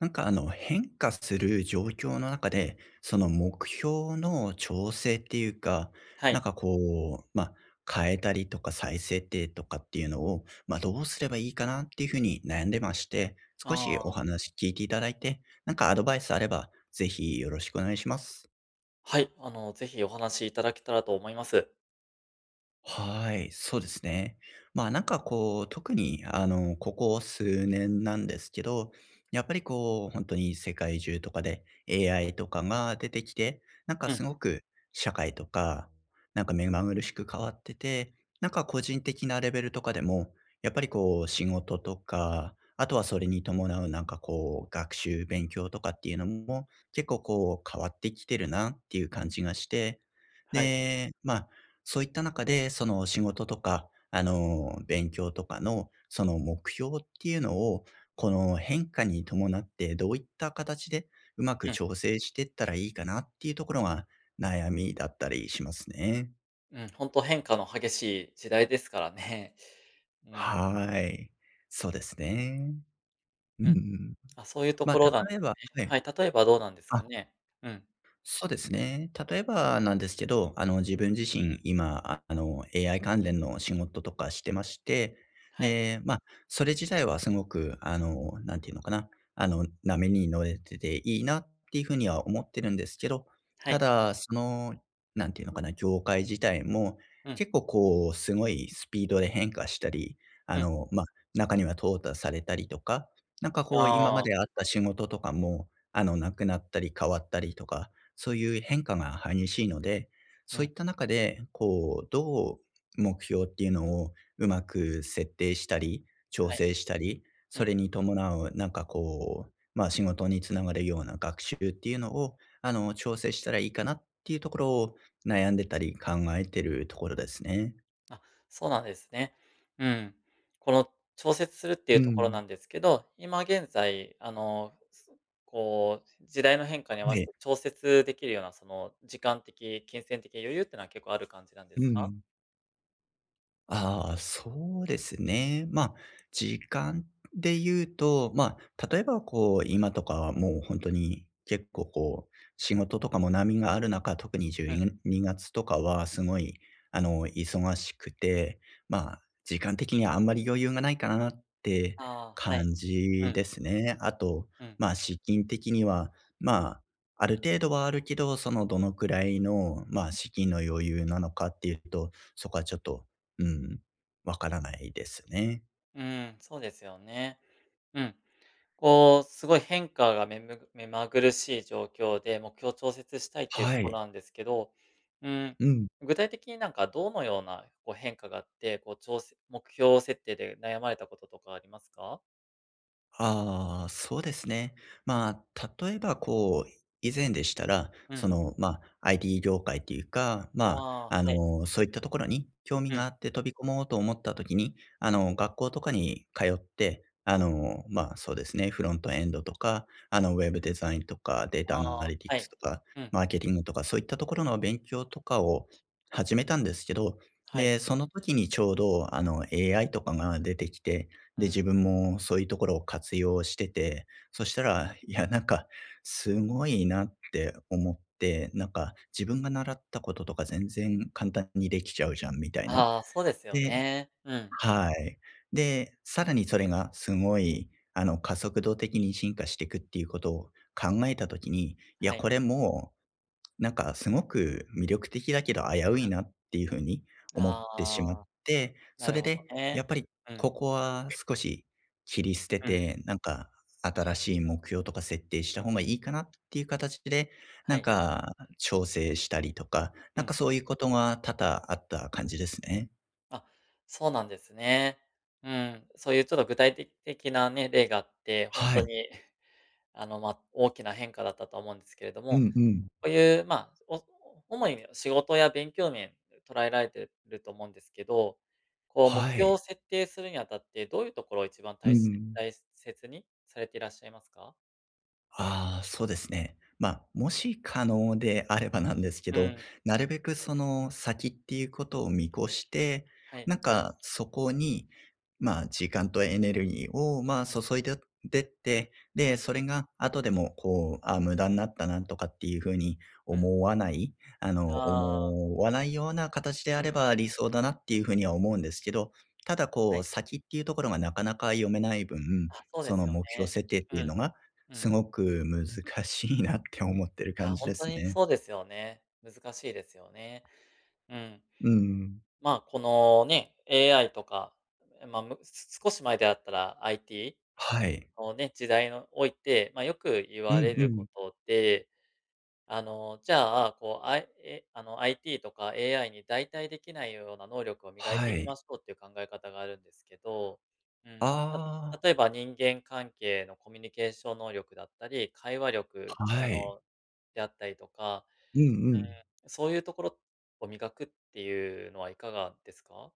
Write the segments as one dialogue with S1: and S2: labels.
S1: なんかあの変化する状況の中で、その目標の調整っていうか、
S2: は
S1: なん
S2: い。
S1: かこう、まあ、変えたりとか再設定とかっていうのを、まあ、どうすればいいかなっていうふうに悩んでまして、少
S2: あ
S1: しお
S2: あ、
S1: 話聞いていただいて、なんかアドバイスあれば、ぜひよろしくお願いします。
S2: はい。ぜひお話しいただけたらと思います。
S1: はい、そうですね。まあなんかこう、特にあの、ここ数年なんですけど、やっぱりこう、本当に世界中とかで AI とかが出てきて、なんか
S2: う
S1: す
S2: ん、
S1: ごく社会とか、なんか目まぐるしく変わってて、なんか個人的なレベルとかでも、やっぱりこう仕事とか、あとはそれに伴うなんかこう、学習勉強とかっていうのも、結構こう変わってきてるなっていう感じがして、
S2: はい。
S1: で、まあそういった中で、その仕事とか、あの、勉強とかの、その目標っていうのを、この変化に伴って、どういった形でうま
S2: う
S1: く
S2: ん、
S1: 調整していったらいいかなっていうところが悩みだったりしますね。
S2: うん、ほんと変化の激しい時代ですからね。うん、
S1: はい。そうですね。うん
S2: う
S1: う
S2: ん。
S1: ん。
S2: あ、そういうと
S1: まあ、
S2: ころなんで
S1: 例
S2: す
S1: えば
S2: ね。
S1: は
S2: は
S1: い。
S2: い、例えばどうなんですか
S1: あ
S2: ね？うん、
S1: そうですね。例えばなんですけど、あの、自分自身、今、あの、AI 関連の仕事とかしてまして、
S2: はい、
S1: で、まあ、それ自体はすごく、あの、なんていうのかな、あの、波に乗れてていいなっていうふうには思ってるんですけど、
S2: は
S1: た
S2: い。
S1: だ、その、なんていうのかな、業界自体も、
S2: うん、
S1: 結構こう、すごいスピードで変化したり、あ
S2: うん。
S1: の、まあ、中には淘汰されたりとか、なんか
S2: あ
S1: こう、今ま
S2: あ、
S1: であった仕事とかも、あの、なくなったり変わったりとかそういう変化が激しいので、
S2: う
S1: そうい
S2: ん、
S1: った中で、こう、どう目標っていうのをうまく設定したり、調
S2: はい、
S1: 整したり、
S2: う
S1: そ
S2: ん。
S1: れに伴う、なんかこう、まあ、仕事につながるような学習っていうのを、あの、調整したらいいかなっていうところを悩んでたり考えてるところですね。
S2: あ、そうなんですね。うん。この調節するっていう
S1: う
S2: ところな
S1: ん。
S2: んですけど、今現在、すこう、時代の変化に合
S1: は
S2: わせ
S1: い。
S2: て調節できるような、その、時間的、金銭的余裕ってのは結構ある感じなんで
S1: う
S2: すか？
S1: ん。ああ、そうですね。まあ、時間で言うと、まあ、例えばこう、今とかはもう本当に結構こう、仕事とかも波がある中、特に
S2: うん。
S1: 12月とかはすごい、あの、忙しくて、まあ、時間的にはあんまり余裕がないかなって
S2: ああ、はい。
S1: 感
S2: う
S1: じ
S2: ん、
S1: ですね。あと、
S2: うん。
S1: まあ、資金的には、まあ、ある程度はあるけど、そのどのくらいの、まあ、資金の余裕なのかっていうと、そこはちょっとうん、わからないですね。
S2: うん、そうですよね。うん。こう、すごい変化が目まぐるしい状況で、目標を調節したいっていうと
S1: は
S2: こ
S1: い。
S2: ろなんですけど、うーん、
S1: うん
S2: 具体的になんかどのようなこう変化があって、こうちょうせ目標設定で悩まれたこととかありますか？
S1: ああ、そうですね。まあ、例えばこう、以前でしたら、
S2: う
S1: そ
S2: ん。
S1: の、まあ、IT 業界っていうか、
S2: あ
S1: ま
S2: あ、
S1: あ、あ
S2: はい。
S1: の、そういったところに興味
S2: う
S1: が
S2: ん、
S1: あって飛び込もうと思ったときに、あ
S2: うん。
S1: の、学校とかに通って、あの、まあ、そうですね、フロントエンドとか、あの、ウェブデザインとか、データ
S2: あ
S1: アナ
S2: あ、
S1: リティ
S2: は
S1: クス
S2: い。
S1: とか、
S2: うん、
S1: マーケティングとか、そういったところの勉強とかを始めたんですけど、
S2: はい。
S1: で、その時にちょうど、あの、AI とかが出てきて、
S2: う
S1: で、
S2: ん。
S1: 自分もそういうところを活用してて、そしたら、いや、なんか、すごいなって思って、なんか、自分が習ったこととか全然簡単にできちゃうじゃんみたいな。
S2: ああ、そうですよ
S1: で
S2: ね。うん。
S1: はい。で、さらにそれがすごい、あの、加速度的に進化していくっていうことを考えたときに、い
S2: は
S1: や、
S2: い。
S1: これもうなんかすごく魅力的だけど危う
S2: う
S1: い
S2: ん。
S1: なっていう風に思ってしまっ
S2: ああ、
S1: て、
S2: な
S1: そ
S2: る
S1: れ
S2: ほど
S1: でやっ
S2: ね。
S1: ぱり
S2: う
S1: こ
S2: ん、
S1: こは少し切り捨て
S2: うん、
S1: て、なんか新しい目標とか設定した方がいいかなっていう形で、
S2: は
S1: なん
S2: い。
S1: か調整したりとか、
S2: う
S1: なんか
S2: ん。
S1: そういうことが多々あった感じですね。
S2: あ、そうなんですね。うん、そういうちょっと具体的なね、例があって、ほん
S1: は
S2: と
S1: い。
S2: に 大きな変化だったと思うんですけれど
S1: う
S2: も、
S1: んうん。
S2: こういう、主に仕事や勉強面捉えられてると思うんですけど、こう目
S1: は
S2: 標を
S1: い。
S2: 設定するにあたって、どういうところを一番
S1: うん。
S2: 大切にされていらっしゃいますか？
S1: ああ、そうですね。まあ、もし可能であればなんですけ
S2: う
S1: ど、
S2: ん、
S1: なるべくその先っていうことを見越して、
S2: はい。
S1: なんかそこに、まあ、時間とエネルギーを、まあ、
S2: うん、
S1: 注いででって、
S2: う
S1: で、
S2: ん、
S1: それが後でも、こう、あ、無駄になったなとかっていうふうに
S2: うん。
S1: 思わない、あの、
S2: ああ、
S1: 思わないような形で
S2: う
S1: あれ
S2: ん、
S1: ば理想だなっていうふうには思うんですけど、ただこ
S2: は
S1: う、
S2: い。
S1: 先っていうところがなかなか読めない分、
S2: あ、そうで
S1: そ
S2: す
S1: の
S2: よ
S1: 目標
S2: ね。
S1: 設定っ
S2: う
S1: ていうの
S2: ん、
S1: が
S2: う
S1: す
S2: ん。
S1: ごく難しいなって思ってる
S2: いや、
S1: 感じ
S2: ほん
S1: で
S2: と
S1: す
S2: に
S1: ね。
S2: そうですよね。難しいですよね。うん。
S1: うん。
S2: まあ、このね、AI とか、え、ま、むす少し前であったら
S1: はい。
S2: IT のね、時代のおいて、ま、よく言
S1: う
S2: わ
S1: ん
S2: れ
S1: う
S2: るこ
S1: ん。
S2: とで、じゃあ、こう、あいえ、あの、IT とか AI に代替できないような能力を磨いて
S1: は
S2: いきま
S1: い。
S2: しょうっていう考え方があるんですけど、うん、た
S1: あ
S2: 例えば人間関係のコミュニケーション能力だったり、会話力、
S1: あ、はい。
S2: であったりとか
S1: うんう
S2: うん、
S1: ん。
S2: そういうところを磨くっていうのはいかがですか？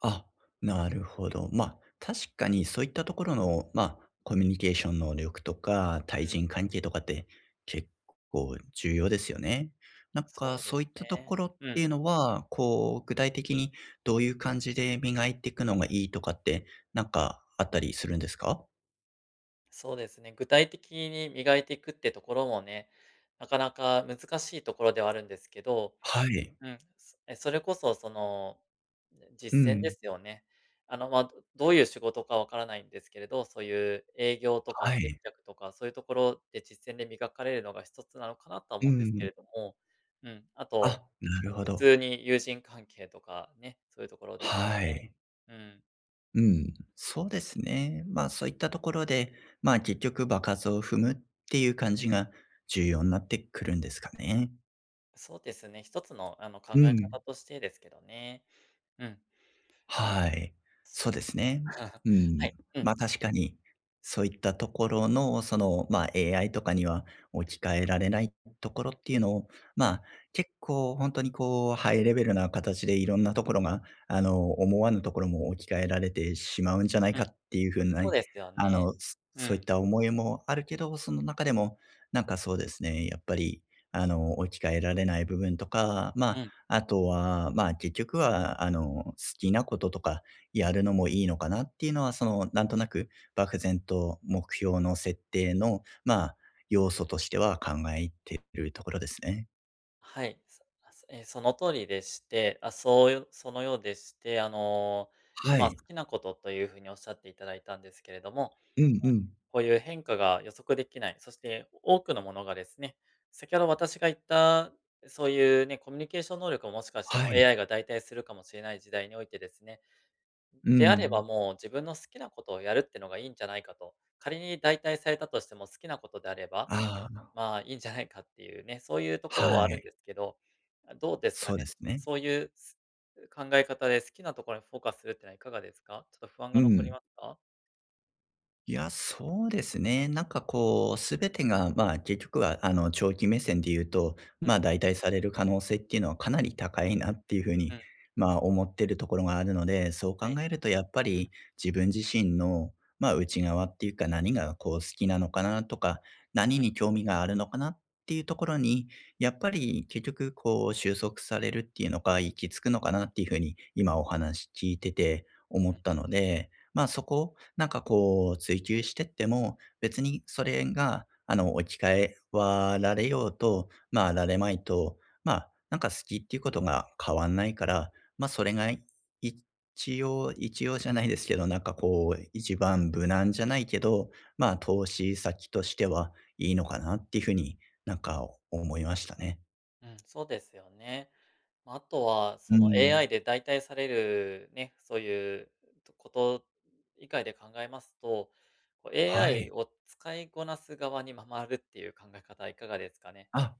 S1: あ、なるほど。ま、確かにそういったところの、ま、コミュニケーション能力とか、
S2: う
S1: 対
S2: ん、
S1: 人関係とかって結構重要ですよね。なんか
S2: そうで
S1: そ
S2: す
S1: ういったと
S2: ね。
S1: ころっ
S2: う
S1: ていう
S2: ん、
S1: のは、こう具体的にどういう感じで磨いていくのがいいとかって、なんかあったりするんですか？
S2: そうですね。具体的に磨いていくってところもね、なかなか難しいところではあるんですけど、
S1: はい。
S2: うん、それこそその、
S1: う
S2: 実践で
S1: ん。
S2: すよね。どういう仕事かわからないんですけれど、そういう営業とか
S1: は
S2: 接
S1: い。
S2: 客とか、そういうところで実践で磨かれるのが一つなのかなとは
S1: う
S2: 思うんですけ
S1: ん。
S2: れども、うん、あと
S1: あ、なるほ
S2: 普
S1: ど。
S2: 通に友人関係とかね、そういうところですよ
S1: は
S2: ね。
S1: い。
S2: うん。
S1: うん。そうですね。まあ、そういったところで、まあ、結局場数を踏むっていう感じが重要になってくるんですかね。
S2: そうですね、一つの考
S1: う
S2: え
S1: ん。
S2: 方としてですけどね。うん。
S1: はい。
S2: す
S1: そうですね。う
S2: は
S1: ん。
S2: い、うん、
S1: ま、確かに、そういったところの、その、ま、AI とかには置き換えられないところっていうのを、
S2: うん、
S1: ま、結構本当にこう、ハイレベルな形でいろんなところが、あの、思わぬところも置き換えられてしまうんじゃない
S2: うん。
S1: かっていう風な
S2: そう
S1: ね
S2: ですよ
S1: あ
S2: ね。
S1: の、そ
S2: う
S1: そういっ
S2: ん、
S1: た思いもあるけど、その中でも、なんかそうですね、やっぱり、あの、置き換えられない部分とか、
S2: う
S1: ま
S2: ん。
S1: あ、あとは、まあ、結局は、あの、好きなこととかやるのもいいのかなっていうのは、その、なんとなく漠然と目標の設定の、まあ、要素としては考えてるところですね。
S2: はい。そあ、そえ、その通りでして、あ、そうよそのようでして、
S1: は
S2: 今好
S1: い。
S2: きなことというふうにおっしゃっていただいたんですけれども、
S1: うんうん。
S2: こういう変化が予測できない、そして多くのものがですね、先ほど私が言った、そういうね、コミュニケーション能力をもしかしても
S1: は
S2: う
S1: い。
S2: AI が代替するかもしれない時代においてですね、
S1: う
S2: であれば
S1: ん。
S2: もう自分の好きなことをやるってのがいいんじゃないかと。仮に代替されたとしても好きなことであれば、
S1: ああ、
S2: まあいいんじゃないかっていうね、そういうところ
S1: は
S2: はあるんで
S1: い。
S2: すけど、どうですか
S1: そうで
S2: ね。
S1: すね。
S2: そういうす考え方で好きなところにフォーカスするってのはいかがですか？ちょっと不安
S1: う
S2: が残り
S1: ん。
S2: ますか？
S1: いや、そうですね。なんかこう、すべてが、まあ結局は、あの、長期目線で言うと、
S2: う
S1: まあ
S2: ん、
S1: 代替される可能性っていうのはかなり高いなっていうふう
S2: う
S1: に、
S2: ん、
S1: まあ思ってるところがあるので、そう
S2: は
S1: 考
S2: い、
S1: えるとやっぱ
S2: うん、
S1: り自分自身の、まあ内側っていうか何がこう好きなのかなとか、
S2: う
S1: 何
S2: ん、うん。
S1: に興味があるのかなっていうところに、やっぱり結局こう収束されるっていうのか、行き着くのかなっていうふうに、今お話聞いてて思ったので、まあそこをなんかこう、追求してっても、別にそれが、あの、置き換えはられようと、まあ、られまいと、まあ、なんか好きっていうことが変わんないから、まあ、それが一応じゃないですけど、なんかこう、一番無難じゃないけど、まあ、投資先としてはいいのかなっていうふうに、なんか思いましたね。
S2: うん、そうですよね。あとは、
S1: う
S2: その
S1: ん。
S2: AI で代替されるね、そういうこと以外で考えますと、こう
S1: は
S2: AI
S1: い。
S2: を使いこなす側に回るっていう考え方はいかがですかね？
S1: あ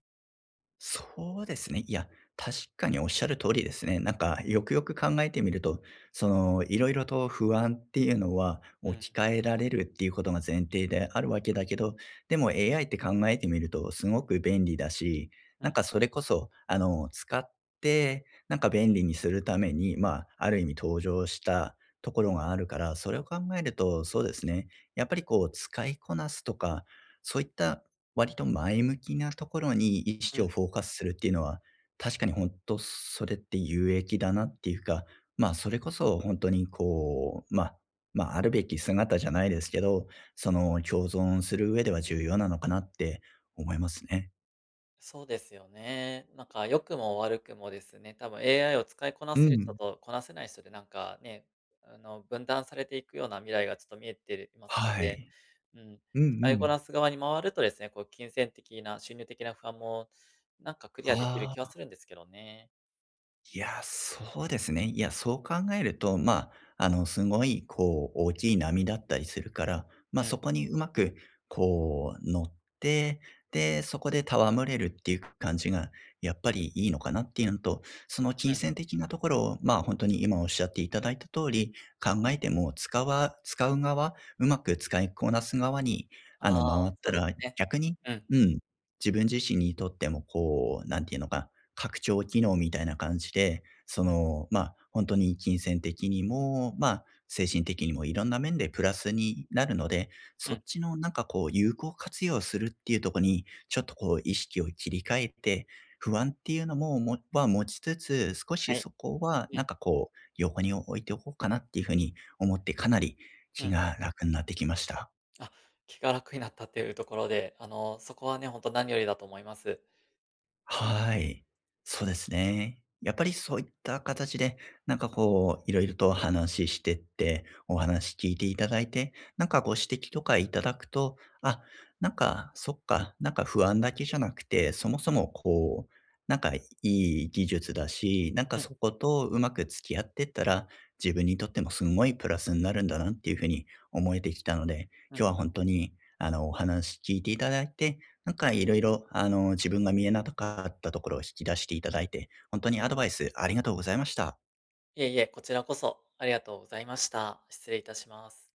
S1: そうですね。いや、確かにおっしゃる通りですね。なんか、よくよく考えてみると、その、いろいろと不安っていうのは
S2: うん、
S1: 置き換えられるっていうことが前提であるわけだけど、でも AI って考えてみるとすごく便利だし、
S2: う
S1: なん
S2: ん、
S1: かそれこそ、あの、使って、なんか便利にするために、まあ、ある意味登場したところがあるから、それを考えると、そうですね。やっぱりこう、使いこなすとか、そういった割と前向きなところに意
S2: う
S1: 識を
S2: ん。
S1: フォーカスするっていうのは、確かに本当それって有益だなっていうか、ま、それこそ本当にこう、まあま、あるべき姿じゃないですけど、その共存する上では重要なのかなって思いますね。
S2: そうですよね。なんか良くも悪くもですね、多分 AI を使いこな
S1: う
S2: せる人
S1: ん。
S2: とこなせない人でなんかね、分断されていくような未来がちょっと見えていますの
S1: は
S2: で、
S1: い。
S2: うん、
S1: うんう
S2: 使いこ
S1: ん。
S2: なす側に回るとですね、こう金銭的な収入的な不安もなんかクリアできる
S1: あ
S2: 気は
S1: あ。
S2: するんですけどね。
S1: いや、そうですね。いや、そう考えると、まあ、あの、すごい、こう、大きい波だったりするから、ま
S2: う
S1: あ、そ
S2: ん、
S1: こにうまく、こう、乗って、で、そこで戯れるっていう感じが、やっぱりいいのかなっていうのと、その
S2: う
S1: 金
S2: ん。
S1: 銭的なところを、まあ、本当に今おっしゃっていただいた通り、考えても使う側、うまく使いこなす側に、あ
S2: ああ、
S1: の、回っ
S2: そう
S1: た
S2: です
S1: ら、
S2: ね。
S1: 逆に、
S2: うん、
S1: うん、自分自身にとっても、こう、なんていうのか、拡張機能みたいな感じで、そ
S2: うん、
S1: の、まあ、本当に金銭的にも、まあ、精神的にもいろんな面でプラスになるので、
S2: う
S1: そっ
S2: ん。
S1: ちのなんかこう有効活用するっていうところに、ちょっとこう意識を切り替えて、不安っていうのも、持ちつつ、少
S2: は
S1: し
S2: い。
S1: そこは
S2: う
S1: なん
S2: ん、
S1: かこう横に置いておこうかなっていうふうに思って、かなり
S2: う
S1: 気
S2: ん。
S1: が楽になってきました。
S2: あ、気が楽になったっていうところで、そこはね、ほんと何よりだと思います。
S1: はい。そうですね。やっぱりそういった形で、なんかこう、いろいろと話してって、お話聞いていただいて、なんかご指摘とかいただくと、あ、なんか、そっか、なんか不安だけじゃなくて、そもそもこう、なんかいい技術だし、なんか
S2: うん、
S1: そことうまく付き合ってったら、自分にとってもすごいプラスになるんだなっていうふうに思えてきたので、
S2: うん。
S1: 今日は本当に、あの、お話聞いていただいて、なんかいろいろ、あの、自分が見えなかったところを引き出していただいて、本当にアドバイスありがとうございました。
S2: いえいえ、こちらこそありがとうございました。失礼いたします。